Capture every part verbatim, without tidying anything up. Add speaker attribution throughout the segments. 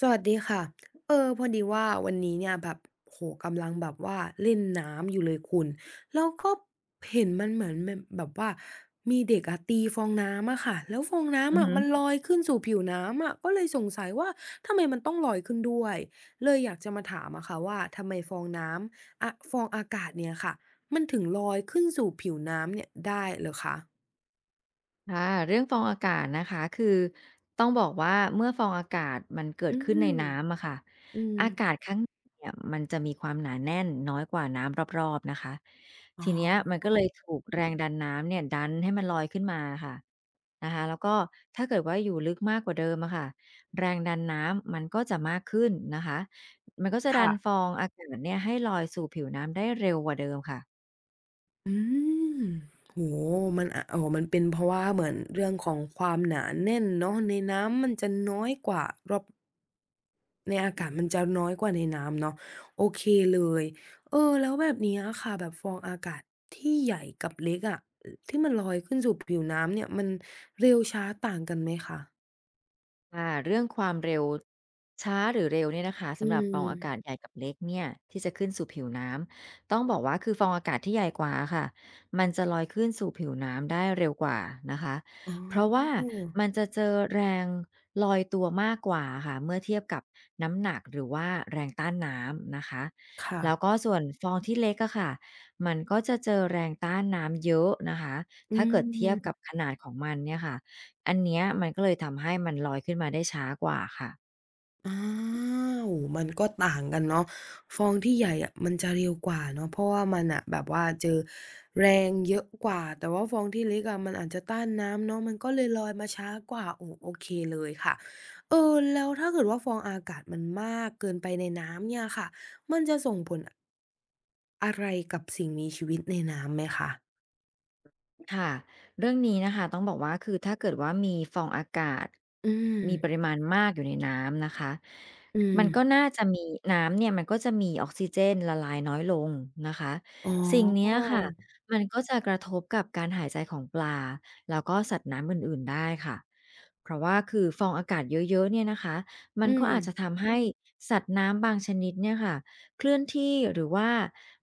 Speaker 1: สวัสดีค่ะเออพอดีว่าวันนี้เนี่ยแบบโหกำลังแบบว่าเล่นน้ำอยู่เลยคุณแล้วก็เห็นมันเหมือนมันแบบว่ามีเด็กอะตีฟองน้ำอะค่ะแล้วฟอง
Speaker 2: อื
Speaker 1: น้ำ
Speaker 2: อ
Speaker 1: อะ
Speaker 2: ฮึ
Speaker 1: มันลอยขึ้นสู่ผิวน้ำอะก็เลยสงสัยว่าทำไมมันต้องลอยขึ้นด้วยเลยอยากจะมาถามอะค่ะว่าทำไมฟองน้ำอะฟองอากาศเนี่ยค่ะมันถึงลอยขึ้นสู่ผิวน้ำเนี่ยได้เหรอคะ
Speaker 2: ค่ะเรื่องฟองอากาศนะคะคือต้องบอกว่าเมื่อฟองอากาศมันเกิด
Speaker 1: อื
Speaker 2: ขึ้นใน
Speaker 1: ม
Speaker 2: น้ำอะค่ะ
Speaker 1: อืม
Speaker 2: อากาศข้างในเนี่ยมันจะมีความหนาแน่นน้อยกว่าน้ำรอบๆนะคะ
Speaker 1: อ๋
Speaker 2: ที
Speaker 1: อ
Speaker 2: เนี้ยมันก็เลยถูกแรงดันน้ำเนี่ยดันให้มันลอยขึ้นมาค่ะนะคะแล้วก็ถ้าเกิดว่าอยู่ลึกมากกว่าเดิมอะค่ะแรงดันน้ำมันก็จะมากขึ้นนะคะ มันก็จะดั
Speaker 1: ค่ะ
Speaker 2: นฟองอากาศเนี่ยให้ลอยสู่ผิวน้ำได้เร็วกว่าเดิมค่ะ
Speaker 1: อืมโหมันอะอ๋อมันเป็นเพราะว่าเหมือนเรื่องของความหนาแน่นเนาะในน้ำมันจะน้อยกว่ารอบในอากาศมันจะน้อยกว่าในน้ำเนาะโอเคเลยเออแล้วแบบเนี้ยค่ะแบบฟองอากาศที่ใหญ่กับเล็กอะอที่มันลอยขึ้นสู่ผิวน้ำเนี่ยมันเร็วช้าต่างกันไหมคะ
Speaker 2: อ่าเรื่องความเร็วช้าหรือเร็วเนี่ยนะคะ
Speaker 1: อื
Speaker 2: สำหรับฟองอากาศให
Speaker 1: ม
Speaker 2: ญ่กับเล็กเนี่ยที่จะขึ้นสู่ผิวน้ำต้องบอกว่าคือฟองอากาศที่ใหญ่กว่าค่ะมันจะลอยขึ้นสู่ผิวน้ำได้เร็วกว่านะคะ
Speaker 1: อ๋
Speaker 2: เพราะว่า
Speaker 1: อ
Speaker 2: มันจะเจอแรงลอยตัวมากกว่าค่ะเมื่อเทียบกับน้ำหนักหรือว่าแรงต้านน้ำนะคะ
Speaker 1: ค่ะ
Speaker 2: แล้วก็ส่วนฟองที่เล็กอะค่ะมันก็จะเจอแรงต้านน้ำเยอะนะคะ
Speaker 1: อื
Speaker 2: ถ้าเกิดเทียบกับ
Speaker 1: ม
Speaker 2: ขนาดของมันเนี่ยค่ะ อันเนี้ยมันก็เลยทำให้มันลอยขึ้นมาได้ช้ากว่าค่ะ
Speaker 1: อ้าวมันก็ต่างกันเนาะฟองที่ใหญ่อะมันจะเร็วกว่าเนาะเพราะว่ามันน่ะแบบว่าเจอแรงเยอะกว่า แต่ว่าฟองที่เล็กอะมันอาจจะต้านน้ำเนาะมันก็เลยลอยมาช้ากว่าโอ้โอเคเลยค่ะเออแล้วถ้าเกิดว่าฟองอากาศมันมากเกินไปในน้ำเนี่ยค่ะมันจะส่งผลอะไรกับสิ่งมีชีวิตในน้ำไหมคะ
Speaker 2: ค่ะเรื่องนี้นะคะต้องบอกว่าคือถ้าเกิดว่ามีฟองอากาศ
Speaker 1: อืม
Speaker 2: มีปริมาณมากอยู่ในน้ำนะคะ
Speaker 1: อืม
Speaker 2: มันก็น่าจะมีน้ำเนี่ยมันก็จะมีออกซิเจนละลายน้อยลงนะคะ
Speaker 1: อ๋
Speaker 2: สิ่งเนี้ย
Speaker 1: อ
Speaker 2: ค่ะมันก็จะกระทบกับการหายใจของปลาแล้วก็สัตว์น้ำอื่นๆได้ค่ะเพราะว่าคือฟองอากาศเยอะๆเนี่ยนะคะมั
Speaker 1: อื
Speaker 2: นก็
Speaker 1: ม
Speaker 2: อาจจะทำให้สัตว์น้ำบางชนิดเนี่ยค่ะเคลื่อนที่หรือว่า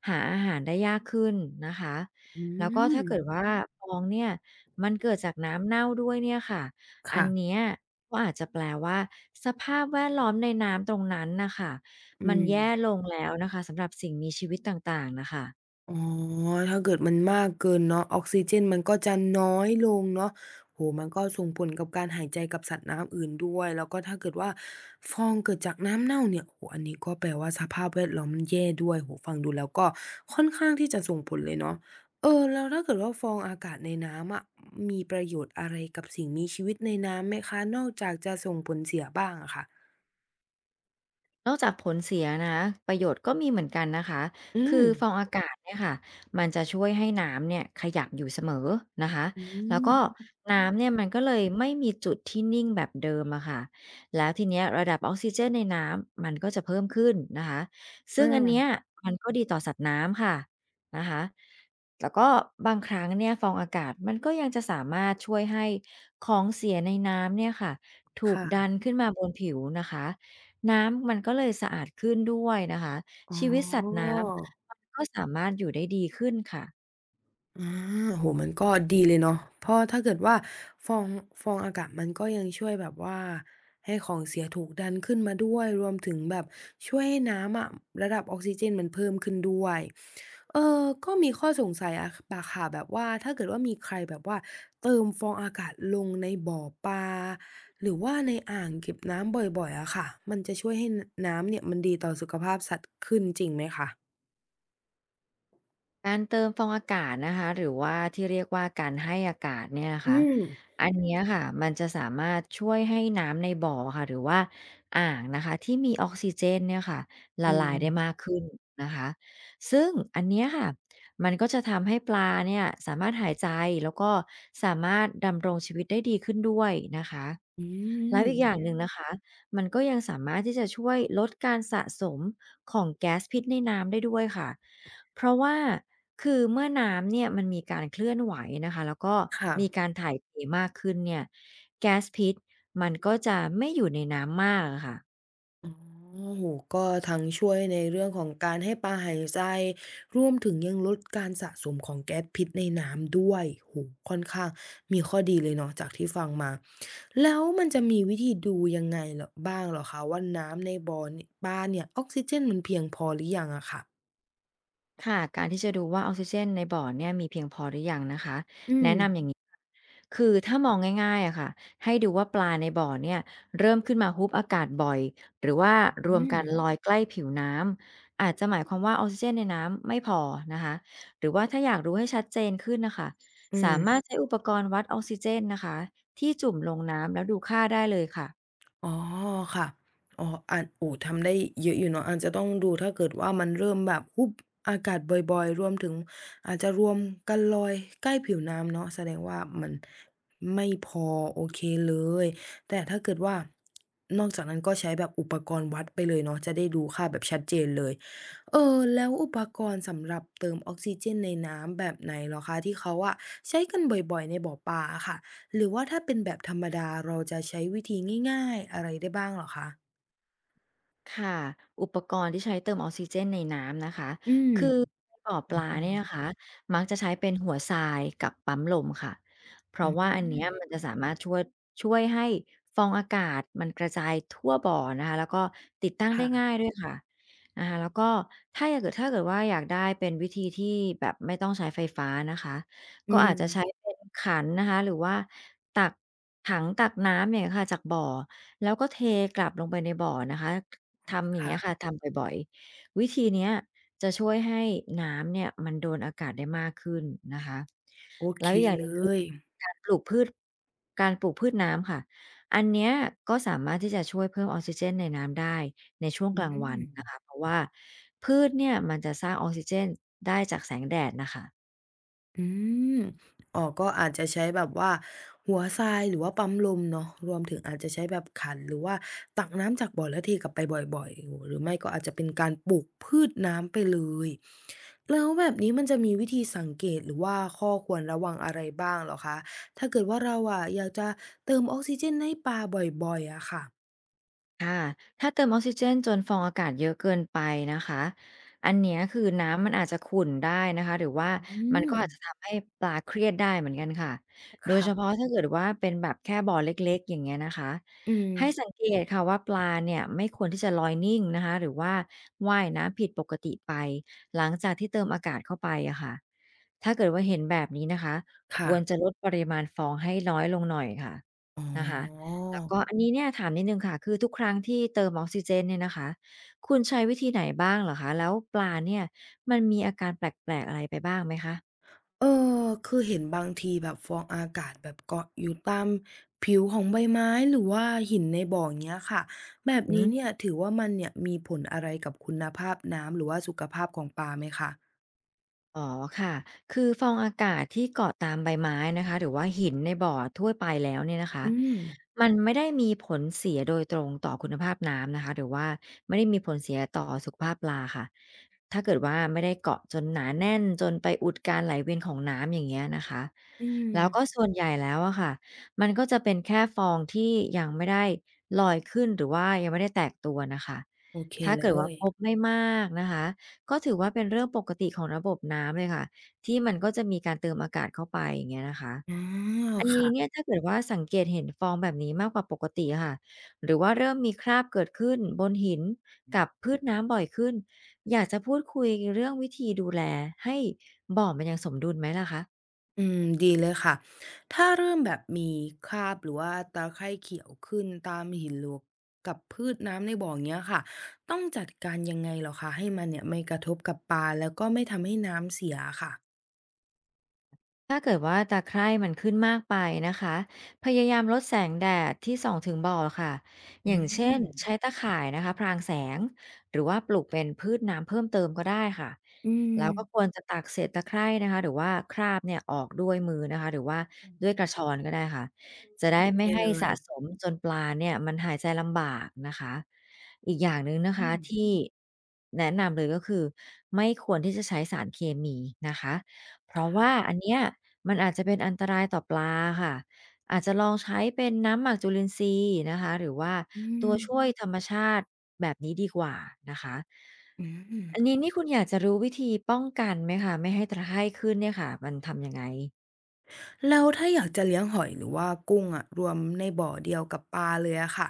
Speaker 2: หาอาหารได้ยากขึ้นนะคะ
Speaker 1: อื
Speaker 2: แล้วก็
Speaker 1: ม
Speaker 2: ถ้าเกิดว่าฟองเนี่ยมันเกิดจากน้ำเน่าด้วยเนี่ยค่ะอัน
Speaker 1: ค่ะ
Speaker 2: เนี้ยก็อาจจะแปลว่าสภาพแวดล้อมในน้ำตรงนั้นน่ะค่ะ
Speaker 1: อื
Speaker 2: มันแย่
Speaker 1: ม
Speaker 2: ลงแล้วนะคะสำหรับสิ่งมีชีวิตต่างๆน่ะค่ะ
Speaker 1: อ๋อถ้าเกิดมันมากเกินเนาะออกซิเจนมันก็จะน้อยลงเนาะโอ้โฮมันก็ส่งผลกับการหายใจกับสัตว์น้ำอื่นด้วยแล้วก็ถ้าเกิดว่าฟองเกิดจากน้ำเน่าเนี่ยโอ้โฮอันนี้ก็แปลว่าสภาพแวดล้อมัแย่ด้วยโอ้โฮฟังดูแล้วก็ค่อนข้างที่จะส่งผลเลยเนาะเออแล้วถ้าเกิดว่าฟองอากาศในน้ำอะมีประโยชน์อะไรกับสิ่งมีชีวิตในน้ำไหมคะนอกจากจะส่งผลเสียบ้างอะค่ะ
Speaker 2: นอกจากผลเสียนะประโยชน์ก็มีเหมือนกันนะคะ
Speaker 1: อื
Speaker 2: คือ
Speaker 1: ม
Speaker 2: ฟองอากาศเนี่ยค่ะมันจะช่วยให้น้ำเนี่ยขยับอยู่เสมอนะคะ
Speaker 1: อื
Speaker 2: แล้ว
Speaker 1: ม
Speaker 2: ก็น้ำเนี่ยมันก็เลยไม่มีจุดที่นิ่งแบบเดิมอะค่ะแล้วทีเนี้ยระดับออกซิเจนในน้ำมันก็จะเพิ่มขึ้นนะคะซึ่ง
Speaker 1: อา
Speaker 2: อันเนี้ยมันก็ดีต่อสัตว์น้ำค่ะนะคะแล้วก็บางครั้งเนี่ยฟองอากาศมันก็ยังจะสามารถช่วยให้ของเสียในน้ำเนี่ยค่ะถูก
Speaker 1: ค่ะ
Speaker 2: ดันขึ้นมาบนผิวนะคะ น้ำมันก็เลยสะอาดขึ้นด้วยนะคะ
Speaker 1: อ๋อ
Speaker 2: ชีวิตสัตว์น้ำมันก็สามารถอยู่ได้ดีขึ้นค่ะ
Speaker 1: อาโอโฮมันก็ดีเลยเนาะเพราะถ้าเกิดว่าฟองฟองอากาศมันก็ยังช่วยแบบว่าให้ของเสียถูกดันขึ้นมาด้วยรวมถึงแบบช่วยให้น้ำอะระดับออกซิเจนมันเพิ่มขึ้นด้วยเออก็มีข้อสงสัยอะปะค่ะแบบว่าถ้าเกิดว่ามีใครแบบว่าเติมฟองอากาศลงในบ่อปลาหรือว่าในอ่างเก็บน้ำบ่อยๆอะค่ะมันจะช่วยให้นน้ำเนี่ยมันดีต่อสุขภาพสัตว์ขึ้นจริงไหมคะ
Speaker 2: การเติมฟองอากาศนะคะหรือว่าที่เรียกว่าการให้อากาศเนี่ยนะ
Speaker 1: อื
Speaker 2: คะ
Speaker 1: ม
Speaker 2: อันเนี้ยค่ะมันจะสามารถช่วยให้น้ำในบ่อค่ะหรือว่าอ่างนะคะที่มีออกซิเจนเนี่ยค่ะ
Speaker 1: อื
Speaker 2: ละ
Speaker 1: ม
Speaker 2: ลายได้มากขึ้นนะคะซึ่งอันเนี้ยค่ะมันก็จะทำให้ปลาเนี่ยสามารถหายใจแล้วก็สามารถดำรงชีวิตได้ดีขึ้นด้วยนะคะ
Speaker 1: อื
Speaker 2: แล้วอี
Speaker 1: ม
Speaker 2: กอย่างหนึ่งนะคะ มันก็ยังสามารถที่จะช่วยลดการสะสมของแก๊สพิษในน้ำได้ด้วยค่ะ เพราะว่าคือเมื่อน้ำเนี่ยมันมีการเคลื่อนไหวนะคะแล้วก็
Speaker 1: ค่ะ
Speaker 2: มีการถ่ายเทมากขึ้นเนี่ยแก๊สพิษมันก็จะไม่อยู่ในน้ำมากอะค่ะ
Speaker 1: อ๋อโอ้โก็ทั้งช่วยในเรื่องของการให้ปลาหายใจรวมถึงยังลดการสะสมของแก๊สพิษในน้ำด้วยโหค่อนข้างมีข้อดีเลยเนาะจากที่ฟังมาแล้วมันจะมีวิธีดูยังไงเหรอบ้างเหรอคะว่าน้ำในบ่อเนยปลาเนี่ยออกซิเจนมันเพียงพอหรือยังอะค่ะ
Speaker 2: ค่ะการที่จะดูว่าออกซิเจนในบ่อเนี่ยมีเพียงพอหรือยังนะคะ
Speaker 1: อืม
Speaker 2: แนะนำอย่างนี้ค่ะคือถ้ามองง่ายๆอะค่ะให้ดูว่าปลาในบ่อเนี่ยเริ่มขึ้นมาฮุบอากาศบ่อยหรือว่า
Speaker 1: อื
Speaker 2: รวมกั
Speaker 1: ม
Speaker 2: นลอยใกล้ผิวน้ำอาจจะหมายความว่าออกซิเจนในน้ำไม่พอนะคะหรือว่าถ้าอยากรู้ให้ชัดเจนขึ้นนะคะ
Speaker 1: อืม
Speaker 2: สามารถใช้อุปกรณ์วัดออกซิเจนนะคะที่จุ่มลงน้ำแล้วดูค่าได้เลยค่ะ
Speaker 1: อ๋อค่ะอ๋ออานโอ้ทำได้เยอะอยู่เนาะอาจจะต้องดูถ้าเกิดว่ามันเริ่มแบบฮุบอากาศบ่อยๆรวมถึงอาจจะรวมกันลอยใกล้ผิวน้ำเนาะแสดงว่ามันไม่พอโอเคเลยแต่ถ้าเกิดว่านอกจากนั้นก็ใช้แบบอุปกรณ์วัดไปเลยเนาะจะได้ดูค่าแบบชัดเจนเลยเออแล้วอุปกรณ์สำหรับเติมออกซิเจนในน้ำแบบไหนเหรอคะที่เขาอะใช้กันบ่อยๆในบ่อปลาค่ะ หรือว่าถ้าเป็นแบบธรรมดาเราจะใช้วิธีง่ายๆอะไรได้บ้างเหรอคะ
Speaker 2: ค่ะอุปกรณ์ที่ใช้เติมออกซิเจนในน้ำนะคะ
Speaker 1: อืม
Speaker 2: คือในบ่อป
Speaker 1: อือ
Speaker 2: ลา
Speaker 1: ฮ
Speaker 2: เนี่ยนะคะมักจะใช้เป็นหัวทรายกับปั๊มลมค่ะเพ
Speaker 1: อ
Speaker 2: ราะว่าอันเนี้ย
Speaker 1: ื
Speaker 2: มันจะสามารถช่วยช่วยให้ฟองอากาศมันกระจายทั่วบ่อนะคะแล้วก็ติ
Speaker 1: ม
Speaker 2: ดตั้งได้
Speaker 1: ค่ะ
Speaker 2: ง่ายด้วยค่ะนะคะแล้วก็ถ้าอยากเกิดถ้าเกิดว่าอยากได้เป็นวิธีที่แบบไม่ต้องใช้ไฟฟ้านะคะ
Speaker 1: อื
Speaker 2: ก็อาจ
Speaker 1: ม
Speaker 2: จะใช้เป็นขันนะคะหรือว่าตักถังตักน้ำเนี่ยค่ะจากบ่อแล้วก็เทกลับลงไปในบ่อนะคะ ทำอย่างเงี้ยค่ะ
Speaker 1: ค่ะ
Speaker 2: ทำบ่อยๆ วิธีเนี้ยจะช่วยให้น้ำเนี่ยมันโดนอากาศได้มากขึ้นนะคะ
Speaker 1: โอ
Speaker 2: แล้
Speaker 1: เค
Speaker 2: วอีกอย่างห
Speaker 1: เล
Speaker 2: นึ่งคือ
Speaker 1: ย
Speaker 2: การปลูกพืชการปลูกพืชน้ำค่ะอันเนี้ยก็สามารถที่จะช่วยเพิ่มออกซิเจนในน้ำได้ในช่วง
Speaker 1: อื
Speaker 2: กลางวันนะ
Speaker 1: ม
Speaker 2: คะเพราะว่าพืชเนี่ยมันจะสร้างออกซิเจนได้จากแสงแดดน่ะค่ะ
Speaker 1: อืมอ๋อก็อาจจะใช้แบบว่าหัวทรายหรือว่าปั๊มลมเนาะรวมถึงอาจจะใช้แบบขันหรือว่าตักน้ำจากบ่อแล้วเทกลับไปบ่อยๆ หรือไม่ก็อาจจะเป็นการปลูกพืชน้ำไปเลย แล้วแบบนี้มันจะมีวิธีสังเกตหรือว่าข้อควรระวังอะไรบ้างเหรอคะ ถ้าเกิดว่าเราอะอยากจะเติมออกซิเจนให้ปลาบ่อยๆอะค่ะ
Speaker 2: ค่ะ ถ้าเติมออกซิเจนจนฟองอากาศเยอะเกินไปนะคะอันเนี้ยคือน้ำมันอาจจะขุ่นได้นะคะหรือว่า
Speaker 1: อื
Speaker 2: มันก็
Speaker 1: ม
Speaker 2: อาจจะทำให้ปลาเครียดได้เหมือนกันค่ะโดยเฉพาะ
Speaker 1: ค่ะ
Speaker 2: ถ้าเกิดว่าเป็นแบบแค่บ่อเล็กๆอย่างเงี้ยนะคะ
Speaker 1: อืม
Speaker 2: ให้สังเกตค่ะว่าปลาเนี่ยไม่ควรที่จะลอยนิ่งนะคะหรือว่าว่ายน้ำผิดปกติไปหลังจากที่เติมอากาศเข้าไปอะค่ะถ้าเกิดว่าเห็นแบบนี้นะคะค
Speaker 1: ค่ะ
Speaker 2: วรจะลดปริมาณฟองให้น้อยลงหน่อยค่ะนะคะ
Speaker 1: อ๋อ
Speaker 2: แล้วก็อันนี้เนี่ยถามนิดหนึ่งค่ะคือทุกครั้งที่เติมออกซิเจนเนี่ยนะคะคุณใช้วิธีไหนบ้างเหรอคะแล้วปลาเนี่ยมันมีอาการแปลกๆอะไรไปบ้างไหมคะ
Speaker 1: เออคือเห็นบางทีแบบฟองอากาศแบบเกาะอยู่ตามผิวของใบไม้หรือว่าหินในบ่องเงี้ยค่ะแบบ
Speaker 2: อื
Speaker 1: นี้
Speaker 2: ม
Speaker 1: เนี่ยถือว่ามันเนี่ยมีผลอะไรกับคุณภาพน้ำหรือว่าสุขภาพของปลาไหมคะ
Speaker 2: อ๋อค่ะคือฟองอากาศที่เกาะตามใบไม้นะคะหรือว่าหินในบ่อทั่วไปแล้วเนี่ยนะคะ
Speaker 1: อืม
Speaker 2: มันไม่ได้มีผลเสียโดยตรงต่อคุณภาพน้ำนะคะหรือว่าไม่ได้มีผลเสียต่อสุขภาพปลาค่ะถ้าเกิดว่าไม่ได้เกาะจนหนาแน่นจนไปอุดการไหลเวียนของน้ำอย่างเงี้ยนะคะ
Speaker 1: อืม
Speaker 2: แล้วก็ส่วนใหญ่แล้วอะค่ะมันก็จะเป็นแค่ฟองที่ยังไม่ได้ลอยขึ้นหรือว่ายังไม่ได้แตกตัวนะคะ
Speaker 1: โอเค
Speaker 2: ถ้า
Speaker 1: เล
Speaker 2: เกิดว่า
Speaker 1: ย
Speaker 2: พบไม่มากนะคะ ก็ถือว่าเป็นเรื่องปกติของระบบน้ำเลยค่ะที่มันก็จะมีการเติมอากาศเข้าไปอย่างเงี้ยนะคะ
Speaker 1: ออ
Speaker 2: อันนี้เนี่
Speaker 1: ค่ะ
Speaker 2: ยถ้าเกิดว่าสังเกตเห็นฟองแบบนี้มากกว่าปกติอะค่ะหรือว่าเริ่มมีคราบเกิดขึ้นบนหินกับพืชน้ำบ่อยขึ้นอยากจะพูดคุยเรื่องวิธีดูแลให้บ่อมันยังสมดุลไหมล่ะคะ
Speaker 1: อืมดีเลยค่ะถ้าเริ่มแบบมีคราบหรือว่าตาไคร้เขียวขึ้นตามหินหลวกกับพืชน้ำในบ่อเนี้ยค่ะต้องจัดการยังไงเหรอคะให้มันเนี่ยไม่กระทบกับปลาแล้วก็ไม่ทำให้น้ำเสียค่ะ
Speaker 2: ถ้าเกิดว่าตาไคร่มันขึ้นมากไปนะคะพยายามลดแสงแดดที่ส่องถึงบ่อค่ะอ
Speaker 1: อื
Speaker 2: ย่างเช่น
Speaker 1: ม
Speaker 2: ใช้ตาข่ายนะคะพรางแสง หรือว่าปลูกเป็นพืชน้ำเพิ่มเติมก็ได้ค่ะ
Speaker 1: อืม
Speaker 2: แล้วก็ควรจะตักเศษตะไคร่นะคะหรือว่าคราบเนี่ยออกด้วยมือนะคะหรือว่าด้วยกระชอนก็ได้ค่ะจะ
Speaker 1: โอ
Speaker 2: ได้
Speaker 1: เค
Speaker 2: ไม่ให้
Speaker 1: เล
Speaker 2: สะ
Speaker 1: ย
Speaker 2: สมจนปลาเนี่ยมันหายใจลำบากนะคะอีกอย่างหนึ่ง
Speaker 1: อื
Speaker 2: นะคะ
Speaker 1: ม
Speaker 2: ที่แนะนำเลยก็คือไม่ควรที่จะใช้สารเคมีนะคะ เพราะว่า
Speaker 1: ค่ะ
Speaker 2: อันเนี้ยมันอาจจะเป็นอันตรายต่อปลาค่ะอาจจะลองใช้เป็นน้ำหมักจุลินทรีย์นะคะหรือว่า
Speaker 1: อื
Speaker 2: ตัวช่วย
Speaker 1: ม
Speaker 2: ธรรมชาติแบบนี้ดีกว่านะคะ
Speaker 1: อืม
Speaker 2: อันนี้นี่คุณอยากจะรู้วิธีป้องกันไหมคะไม่ให้ตะไคร่ขึ้นเนี่ยค่ะมันทำยังไง
Speaker 1: แล้วถ้าอยากจะเลี้ยงหอยหรือว่ากุ้งอะรวมในบ่อเดียวกับปลาเลยอะค่ะ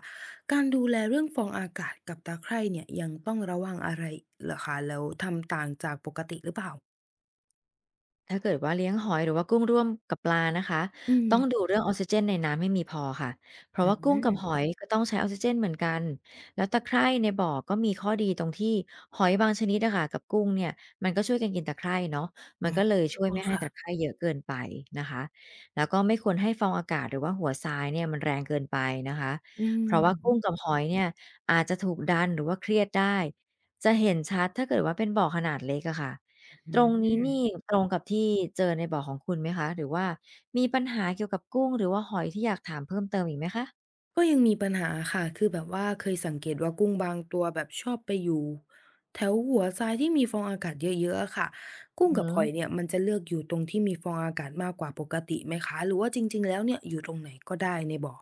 Speaker 1: การดูแลเรื่องฟองอากาศกับตาไคร่เนี่ยยังต้องระวังอะไรเหรอคะแล้วทำต่างจากปกติหรือเปล่า
Speaker 2: ถ้าเกิดว่าเลี้ยงหอยหรือว่ากุ้งร่วมกับปลานะคะ
Speaker 1: อืม
Speaker 2: ต้องดูเรื่องออกซิเจนในน้ำให้มีพอค่ะเพราะ
Speaker 1: อื
Speaker 2: ว่ากุ้ง
Speaker 1: ม
Speaker 2: กับหอยก็ต้องใช้ออกซิเจนเหมือนกันแล้วตะไคร่ในบ่อก็มีข้อดีตรงที่หอยบางชนิดนะคะกับกุ้งเนี่ยมันก็ช่วยกันกินตะไคร่เนาะมั
Speaker 1: อ๋
Speaker 2: นก็เลยช่วย
Speaker 1: อ
Speaker 2: ไม่ให้
Speaker 1: ค่ะ
Speaker 2: ตะไคร่เยอะเกินไปนะคะแล้วก็ไม่ควรให้ฟองอากาศหรือว่าหัวทรายเนี่ยมันแรงเกินไปนะคะ
Speaker 1: อื
Speaker 2: เพ
Speaker 1: ม
Speaker 2: ราะว่ากุ้งกับหอยเนี่ยอาจจะถูกดันหรือว่าเครียดได้จะเห็นชัดถ้าเกิดว่าเป็นบ่อขนาดเล็กอะค่ะ
Speaker 1: อื
Speaker 2: ตรงนี้นี่
Speaker 1: ม
Speaker 2: ตรงกับที่เจอในบ่อของคุณไหมคะหรือว่ามีปัญหาเกี่ยวกับกุ้งหรือว่าหอยที่อยากถามเพิ่มเติมอีกไหมคะ
Speaker 1: ก็ยังมีปัญหาค่ะคือแบบว่าเคยสังเกตว่ากุ้งบางตัวแบบชอบไปอยู่แถวหัวทรายที่มีฟองอากาศเยอะๆอะค่ะ
Speaker 2: อื
Speaker 1: กุ้
Speaker 2: อ
Speaker 1: งกั
Speaker 2: ฮึ
Speaker 1: บหอยเนี่ยมันจะเลือกอยู่ตรงที่มีฟองอากาศมากกว่าปกติไหมคะหรือว่าจริงๆแล้วเนี่ยอยู่ตรงไหนก็ได้ในบ่อ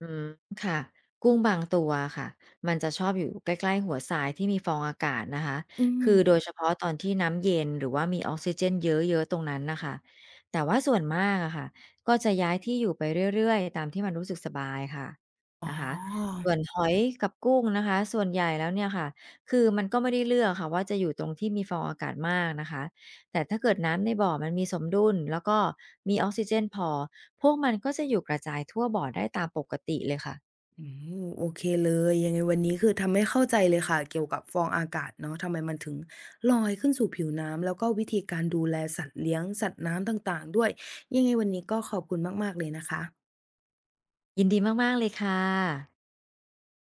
Speaker 2: อืมค่ะกุ้งบางตัวค่ะมันจะชอบอยู่ใกล้ๆหัวทรายที่มีฟองอากาศนะคะ
Speaker 1: อื
Speaker 2: คือโดยเฉ
Speaker 1: ม
Speaker 2: พาะตอนที่น้ำเย็นหรือว่ามีออกซิเจนเยอะๆตรงนั้นนะคะแต่ว่าส่วนมากอะค่ะก็จะย้ายที่อยู่ไปเรื่อยๆตามที่มันรู้สึกสบายค่ะ
Speaker 1: อ๋
Speaker 2: นะคะ
Speaker 1: อ
Speaker 2: ส่วนหอยกับกุ้งนะคะส่วนใหญ่แล้วเนี่ยค่ะคือมันก็ไม่ได้เลือกค่ะว่าจะอยู่ตรงที่มีฟองอากาศมากนะคะ แต่ถ้าเกิดน้ำในบ่อมันมีสมดุลแล้วก็มีออกซิเจนพอพวกมันก็จะอยู่กระจายทั่วบ่อได้ตามปกติเลยค่ะ
Speaker 1: อืมโอเคเลยยังไงวันนี้คือทำให้เข้าใจเลยค่ะเกี่ยวกับฟองอากาศเนาะทำไมมันถึงลอยขึ้นสู่ผิวน้ำแล้วก็วิธีการดูแลสัตว์เลี้ยงสัตว์น้ำต่างๆด้วยยังไงวันนี้ก็ขอบคุณมากๆเลยนะคะ
Speaker 2: ยินดีมากๆเลยค่ะ